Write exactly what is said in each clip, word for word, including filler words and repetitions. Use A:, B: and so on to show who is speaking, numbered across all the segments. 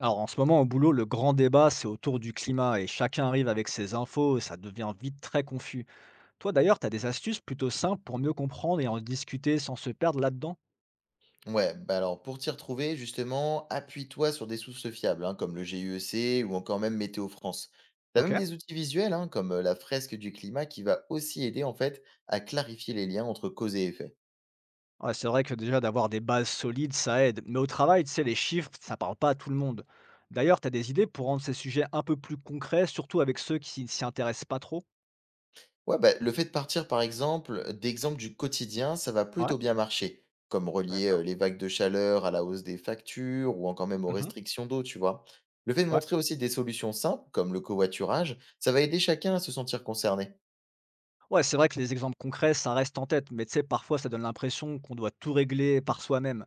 A: Alors en ce moment au boulot, le grand débat, c'est autour du climat et chacun arrive avec ses infos, ça devient vite très confus. Toi d'ailleurs, tu as des astuces plutôt simples pour mieux comprendre et en discuter sans se perdre là-dedans?
B: Ouais, bah alors pour t'y retrouver, justement, appuie-toi sur des sources fiables, hein, comme le G I E C ou encore même Météo France. T'as
A: Ok.
B: même des outils visuels, hein, comme euh, la fresque du climat, qui va aussi aider en fait à clarifier les liens entre cause et effet.
A: Ouais, c'est vrai que déjà d'avoir des bases solides, ça aide. Mais au travail, tu sais, les chiffres, ça parle pas à tout le monde. D'ailleurs, tu as des idées pour rendre ces sujets un peu plus concrets, surtout avec ceux qui s'y intéressent pas trop?
B: Ouais, bah, le fait de partir par exemple d'exemples du quotidien, ça va
A: Ouais,
B: plutôt bien marcher, comme relier euh,
A: d'accord.
B: les vagues de chaleur à la hausse des factures ou encore même aux
A: Mhm.
B: restrictions d'eau, tu vois. Le fait de
A: Ouais.
B: montrer aussi des solutions simples, comme le covoiturage, ça va aider chacun à se sentir concerné.
A: Ouais, c'est vrai que les exemples concrets, ça reste en tête, mais tu sais, parfois ça donne l'impression qu'on doit tout régler par soi-même.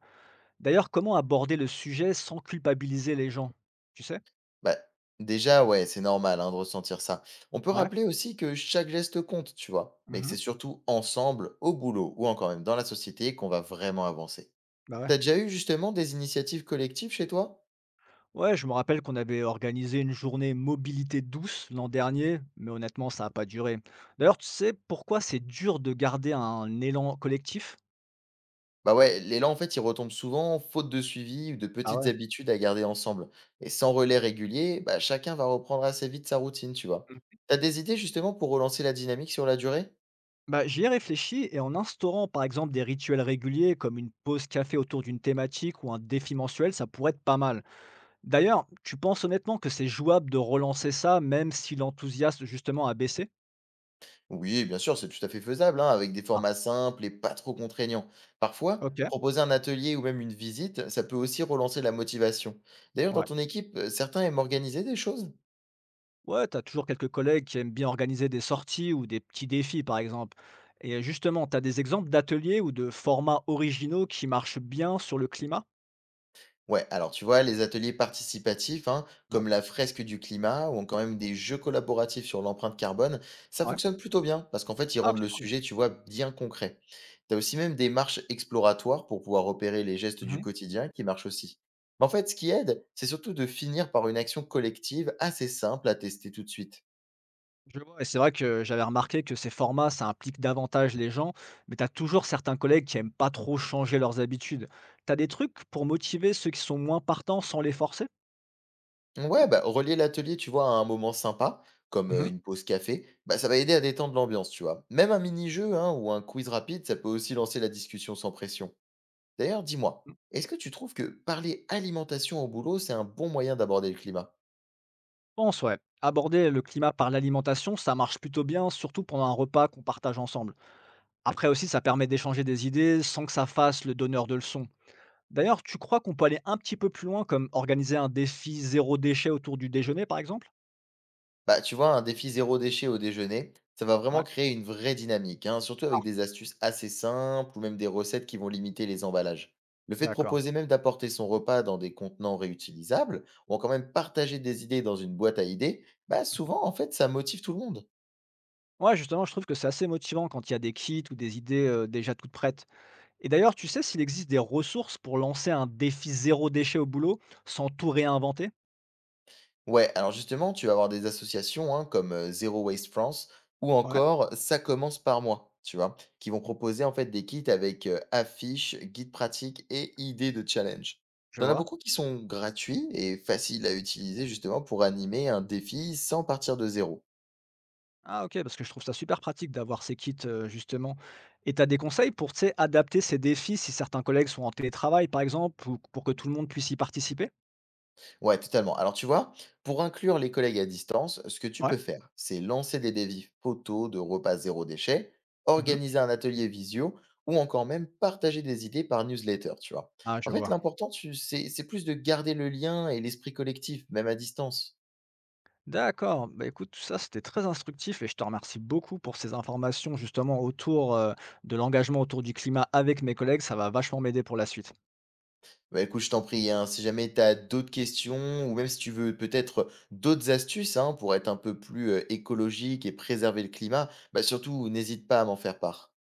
A: D'ailleurs, comment aborder le sujet sans culpabiliser les gens? Tu sais?
B: Bah, déjà, ouais, c'est normal hein, de ressentir ça. On peut
A: Ouais.
B: rappeler aussi que chaque geste compte, tu vois, mais que c'est
A: Mmh.
B: surtout ensemble, au boulot ou encore même dans la société qu'on va vraiment avancer.
A: Bah, ouais.
B: T'as déjà eu justement des initiatives collectives chez toi.
A: Ouais, je me rappelle qu'on avait organisé une journée mobilité douce l'an dernier, mais honnêtement, ça a pas duré. D'ailleurs, tu sais pourquoi c'est dur de garder un élan collectif?
B: Bah ouais, l'élan en fait, il retombe souvent faute de suivi ou de
A: Ah
B: petites
A: ouais?
B: habitudes à garder ensemble. Et sans relais régulier, bah, chacun va reprendre assez vite sa routine, tu vois.
A: Mmh.
B: T'as des idées justement pour relancer la dynamique sur la durée?
A: Bah, j'y ai réfléchi et en instaurant, par exemple, des rituels réguliers comme une pause café autour d'une thématique ou un défi mensuel, ça pourrait être pas mal. D'ailleurs, tu penses honnêtement que c'est jouable de relancer ça même si l'enthousiasme justement a baissé?
B: Oui, bien sûr, c'est tout à fait faisable, hein, avec des
A: Ah,
B: formats simples et pas trop contraignants. Parfois,
A: OK.
B: proposer un atelier ou même une visite, ça peut aussi relancer la motivation. D'ailleurs, dans
A: Ouais.
B: ton équipe, euh, certains aiment organiser des choses?
A: Ouais, t'as toujours quelques collègues qui aiment bien organiser des sorties ou des petits défis, par exemple. Et justement, t'as des exemples d'ateliers ou de formats originaux qui marchent bien sur le climat?
B: Ouais, alors tu vois, les ateliers participatifs, hein,
A: Ouais,
B: comme la fresque du climat ou encore même des jeux collaboratifs sur l'empreinte carbone, ça
A: ouais.
B: fonctionne plutôt bien parce qu'en fait, ils
A: Ah, ok,
B: rendent le
A: cool.
B: sujet, tu vois, bien concret. Tu as aussi même des marches exploratoires pour pouvoir repérer les gestes du
A: Mhm.
B: quotidien qui marchent aussi. Mais en fait, ce qui aide, c'est surtout de finir par une action collective assez simple à tester tout de suite.
A: Je vois. Et c'est vrai que j'avais remarqué que ces formats, ça implique davantage les gens, mais t'as toujours certains collègues qui aiment pas trop changer leurs habitudes. T'as des trucs pour motiver ceux qui sont moins partants sans les forcer?
B: Ouais, bah, relier l'atelier, tu vois, à un moment sympa, comme euh,
A: Mhm.
B: une pause café, bah, ça va aider à détendre l'ambiance, tu vois. Même un mini-jeu hein, ou un quiz rapide, ça peut aussi lancer la discussion sans pression. D'ailleurs, dis-moi, est-ce que tu trouves que parler alimentation au boulot, c'est un bon moyen d'aborder le climat?
A: Pense, ouais. Aborder le climat par l'alimentation, ça marche plutôt bien, surtout pendant un repas qu'on partage ensemble. Après aussi, ça permet d'échanger des idées sans que ça fasse le donneur de leçons. D'ailleurs, tu crois qu'on peut aller un petit peu plus loin, comme organiser un défi zéro déchet autour du déjeuner, par exemple?
B: Bah, tu vois, un défi zéro déchet au déjeuner, ça va
A: Ouais.
B: vraiment créer une vraie dynamique, hein, surtout
A: Ah,
B: avec des astuces assez simples ou même des recettes qui vont limiter les emballages. Le fait de
A: d'accord.
B: proposer même d'apporter son repas dans des contenants réutilisables, ou quand même partager des idées dans une boîte à idées, bah
A: Mhm.
B: souvent en fait ça motive tout le monde.
A: Ouais, justement, je trouve que c'est assez motivant quand il y a des kits ou des idées euh, déjà toutes prêtes. Et d'ailleurs, tu sais s'il existe des ressources pour lancer un défi zéro déchet au boulot sans tout réinventer?
B: Ouais, alors justement, tu vas avoir des associations hein, comme euh, Zero Waste France ou
A: Ouais,
B: encore Ça commence par moi, tu vois, qui vont proposer en fait des kits avec euh, affiches, guides pratiques et idées de challenge.
A: je
B: T'en as
A: vois.
B: beaucoup qui sont gratuits et faciles à utiliser justement pour animer un défi sans partir de zéro.
A: Ah OK, parce que je trouve ça super pratique d'avoir ces kits, heu, justement et tu as des conseils pour, tu sais, adapter ces défis si certains collègues sont en télétravail, par exemple, ou pour que tout le monde puisse y participer?
B: Ouais, totalement. Alors, tu vois, pour inclure les collègues à distance, ce que tu
A: Ouais.
B: peux faire, c'est lancer des défis photos de repas zéro déchet,
A: Mmh.
B: organiser un atelier visio ou encore même partager des idées par newsletter, tu vois.
A: Ah, je
B: En fait,
A: vois.
B: l'important, tu- c'est c'est plus de garder le lien et l'esprit collectif, même à distance.
A: D'accord, bah, écoute, tout ça, c'était très instructif et je te remercie beaucoup pour ces informations, justement, autour, heu, de l'engagement autour du climat avec mes collègues. Ça va vachement m'aider pour la suite.
B: Bah écoute, je t'en prie, hein, si jamais tu as d'autres questions ou même si tu veux peut-être d'autres astuces hein, pour être un peu plus euh, écologique et préserver le climat, bah surtout n'hésite pas à m'en faire part.